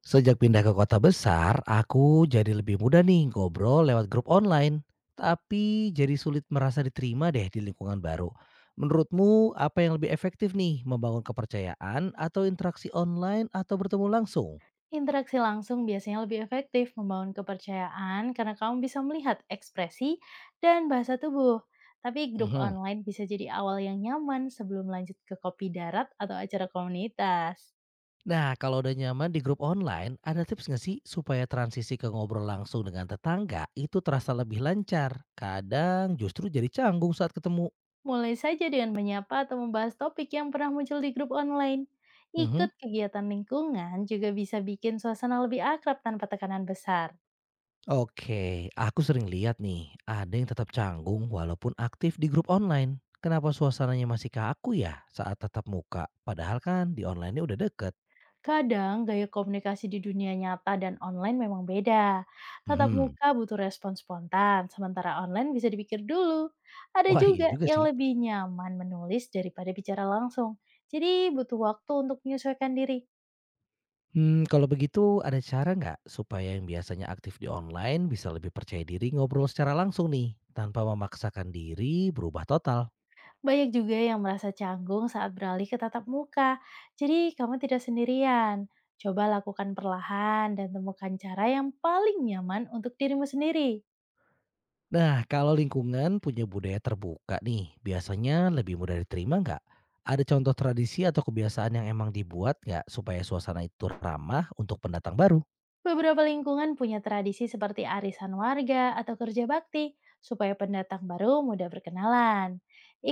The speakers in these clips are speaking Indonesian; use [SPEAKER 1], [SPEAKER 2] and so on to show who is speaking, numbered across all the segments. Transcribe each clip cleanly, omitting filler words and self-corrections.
[SPEAKER 1] Sejak pindah ke kota besar, aku jadi lebih mudah nih ngobrol lewat grup online. Tapi jadi sulit merasa diterima deh di lingkungan baru. Menurutmu apa yang lebih efektif nih? Membangun kepercayaan atau interaksi online atau bertemu langsung?
[SPEAKER 2] Interaksi langsung biasanya lebih efektif membangun kepercayaan karena kamu bisa melihat ekspresi dan bahasa tubuh. Tapi grup
[SPEAKER 1] Mhm.
[SPEAKER 2] online bisa jadi awal yang nyaman sebelum lanjut ke kopi darat atau acara komunitas.
[SPEAKER 1] Nah kalau udah nyaman di grup online, ada tips nggak sih supaya transisi ke ngobrol langsung dengan tetangga itu terasa lebih lancar? Kadang justru jadi canggung saat ketemu.
[SPEAKER 2] Mulai saja dengan menyapa atau membahas topik yang pernah muncul di grup online.
[SPEAKER 1] Mhm.
[SPEAKER 2] Ikut kegiatan lingkungan juga bisa bikin suasana lebih akrab tanpa tekanan besar.
[SPEAKER 1] Oke, aku sering lihat nih, ada yang tetap canggung walaupun aktif di grup online. Kenapa suasananya masih kaku ya saat tatap muka? Padahal kan di online-nya udah deket.
[SPEAKER 2] Kadang gaya komunikasi di dunia nyata dan online memang beda. Tatap
[SPEAKER 1] Hmm,
[SPEAKER 2] muka butuh respon spontan, sementara online bisa dipikir dulu. Ada
[SPEAKER 1] wah iya
[SPEAKER 2] juga
[SPEAKER 1] juga
[SPEAKER 2] yang
[SPEAKER 1] sih.
[SPEAKER 2] lebih nyaman menulis daripada bicara langsung. Jadi butuh waktu untuk menyesuaikan diri.
[SPEAKER 1] Hmm, kalau begitu ada cara nggak supaya yang biasanya aktif di online bisa lebih percaya diri ngobrol secara langsung nih, tanpa memaksakan diri berubah total?
[SPEAKER 2] Banyak juga yang merasa canggung saat beralih ke tatap muka. Jadi kamu tidak sendirian. Coba lakukan perlahan dan temukan cara yang paling nyaman untuk dirimu sendiri.
[SPEAKER 1] Nah, kalau lingkungan punya budaya terbuka nih, biasanya lebih mudah diterima nggak? Ada contoh tradisi atau kebiasaan yang emang dibuat nggak supaya suasana itu ramah untuk pendatang baru?
[SPEAKER 2] Beberapa lingkungan punya tradisi seperti arisan warga atau kerja bakti, supaya pendatang baru mudah berkenalan.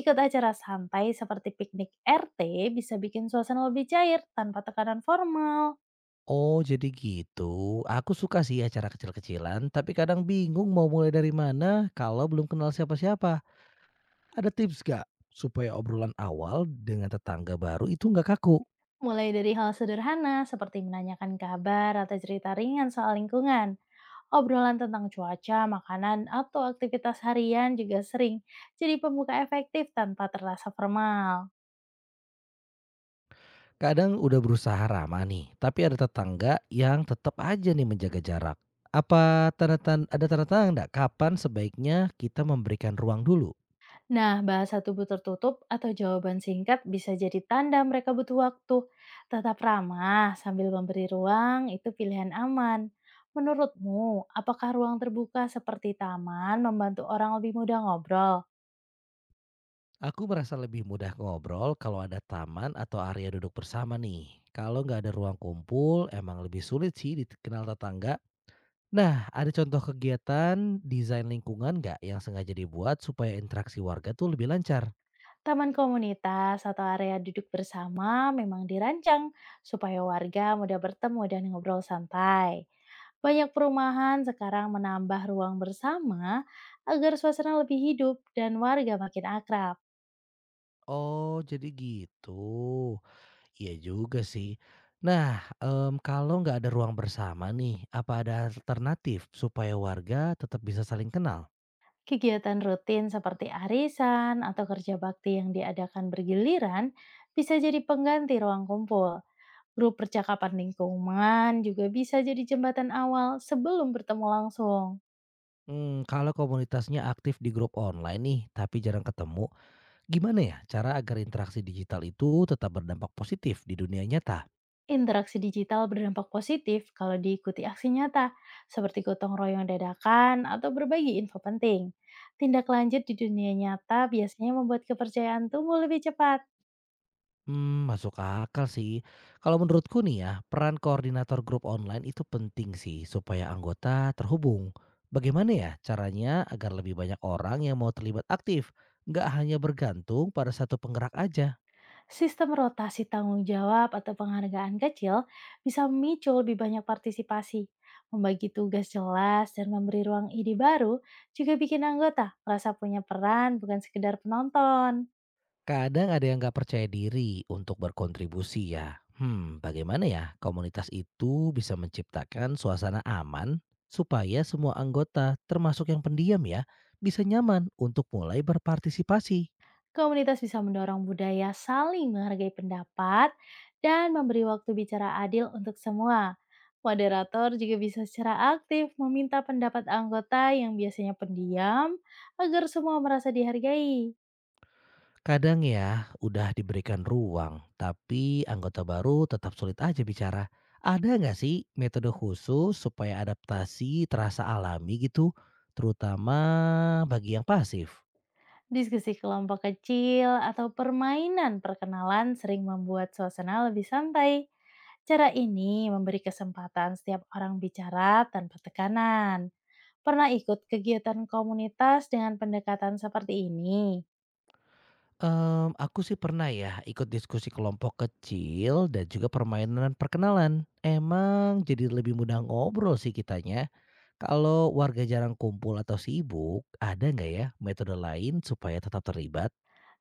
[SPEAKER 2] Ikut acara santai seperti piknik RT bisa bikin suasana lebih cair tanpa tekanan formal.
[SPEAKER 1] Oh, jadi gitu. Aku suka sih acara kecil-kecilan, tapi kadang bingung mau mulai dari mana kalau belum kenal siapa-siapa. Ada tips nggak supaya obrolan awal dengan tetangga baru itu nggak kaku?
[SPEAKER 2] Mulai dari hal sederhana seperti menanyakan kabar atau cerita ringan soal lingkungan. Obrolan tentang cuaca, makanan, atau aktivitas harian juga sering jadi pembuka efektif tanpa terasa formal.
[SPEAKER 1] Kadang udah berusaha ramah nih, tapi ada tetangga yang tetap aja nih menjaga jarak. Apa tanda-tanda ada tanda-tanda nggak kapan sebaiknya kita memberikan ruang dulu?
[SPEAKER 2] Nah, bahasa tubuh tertutup atau jawaban singkat bisa jadi tanda mereka butuh waktu. Tetap ramah sambil memberi ruang itu pilihan aman. Menurutmu, apakah ruang terbuka seperti taman membantu orang lebih mudah ngobrol?
[SPEAKER 1] Aku merasa lebih mudah ngobrol kalau ada taman atau area duduk bersama nih. Kalau nggak ada ruang kumpul, emang lebih sulit sih dikenal tetangga. Nah, ada contoh kegiatan desain lingkungan nggak yang sengaja dibuat supaya interaksi warga tuh lebih lancar?
[SPEAKER 2] Taman komunitas atau area duduk bersama memang dirancang supaya warga mudah bertemu dan ngobrol santai. Banyak perumahan sekarang menambah ruang bersama agar suasana lebih hidup dan warga makin akrab.
[SPEAKER 1] Oh, jadi gitu. Iya juga sih. Nah, kalau nggak ada ruang bersama nih, apa ada alternatif supaya warga tetap bisa saling kenal?
[SPEAKER 2] Kegiatan rutin seperti arisan atau kerja bakti yang diadakan bergiliran bisa jadi pengganti ruang kumpul. Grup percakapan lingkungan juga bisa jadi jembatan awal sebelum bertemu langsung.
[SPEAKER 1] Kalau komunitasnya aktif di grup online nih, tapi jarang ketemu, gimana ya cara agar interaksi digital itu tetap berdampak positif di dunia nyata?
[SPEAKER 2] Interaksi digital berdampak positif kalau diikuti aksi nyata, seperti gotong royong dadakan atau berbagi info penting. Tindak lanjut di dunia nyata biasanya membuat kepercayaan tumbuh lebih cepat.
[SPEAKER 1] Hmm, masuk akal sih. Kalau menurutku nih ya, peran koordinator grup online itu penting sih supaya anggota terhubung. Bagaimana ya caranya agar lebih banyak orang yang mau terlibat aktif, nggak hanya bergantung pada satu penggerak aja?
[SPEAKER 2] Sistem rotasi tanggung jawab atau penghargaan kecil bisa memicu lebih banyak partisipasi. Membagi tugas jelas dan memberi ruang ide baru juga bikin anggota merasa punya peran bukan sekedar penonton.
[SPEAKER 1] Kadang ada yang nggak percaya diri untuk berkontribusi ya. Hmm, bagaimana ya komunitas itu bisa menciptakan suasana aman supaya semua anggota, termasuk yang pendiam ya, bisa nyaman untuk mulai berpartisipasi?
[SPEAKER 2] Komunitas bisa mendorong budaya saling menghargai pendapat dan memberi waktu bicara adil untuk semua. Moderator juga bisa secara aktif meminta pendapat anggota yang biasanya pendiam agar semua merasa dihargai.
[SPEAKER 1] Kadang ya, udah diberikan ruang, tapi anggota baru tetap sulit aja bicara. Ada nggak sih metode khusus supaya adaptasi terasa alami gitu, terutama bagi yang pasif?
[SPEAKER 2] Diskusi kelompok kecil atau permainan perkenalan sering membuat suasana lebih santai. Cara ini memberi kesempatan setiap orang bicara tanpa tekanan. Pernah ikut kegiatan komunitas dengan pendekatan seperti ini?
[SPEAKER 1] Aku sih pernah ya ikut diskusi kelompok kecil dan juga permainan perkenalan. Emang jadi lebih mudah ngobrol sih kitanya. Kalau warga jarang kumpul atau sibuk, ada nggak ya metode lain supaya tetap terlibat?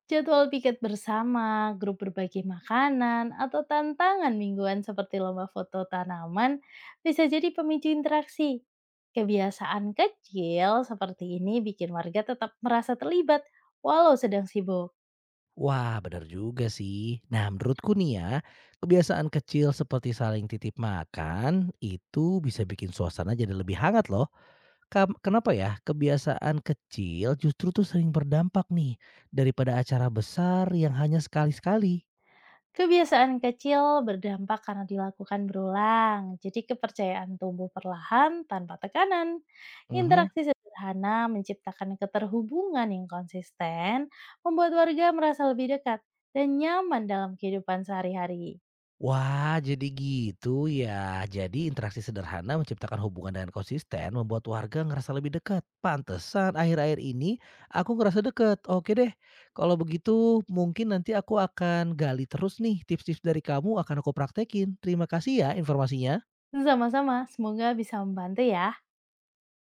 [SPEAKER 2] Jadwal piket bersama, grup berbagi makanan, atau tantangan mingguan seperti lomba foto tanaman bisa jadi pemicu interaksi. Kebiasaan kecil seperti ini bikin warga tetap merasa terlibat walau sedang sibuk.
[SPEAKER 1] Wah, benar juga sih. Nah, menurutku nih ya, kebiasaan kecil seperti saling titip makan itu bisa bikin suasana jadi lebih hangat loh. Kenapa ya? Kebiasaan kecil justru tuh sering berdampak nih daripada acara besar yang hanya sekali-sekali.
[SPEAKER 2] Kebiasaan kecil berdampak karena dilakukan berulang, jadi kepercayaan tumbuh perlahan tanpa tekanan.
[SPEAKER 1] Mhm.
[SPEAKER 2] Interaksi sederhana menciptakan keterhubungan yang konsisten, membuat warga merasa lebih dekat dan nyaman dalam kehidupan sehari-hari.
[SPEAKER 1] Wah, jadi gitu ya. Jadi interaksi sederhana menciptakan hubungan dengan konsisten membuat warga ngerasa lebih dekat. Pantesan akhir-akhir ini aku ngerasa dekat. Oke deh, kalau begitu mungkin nanti aku akan gali terus nih tips-tips dari kamu akan aku praktekin. Terima kasih ya informasinya.
[SPEAKER 2] Sama-sama, semoga bisa membantu ya.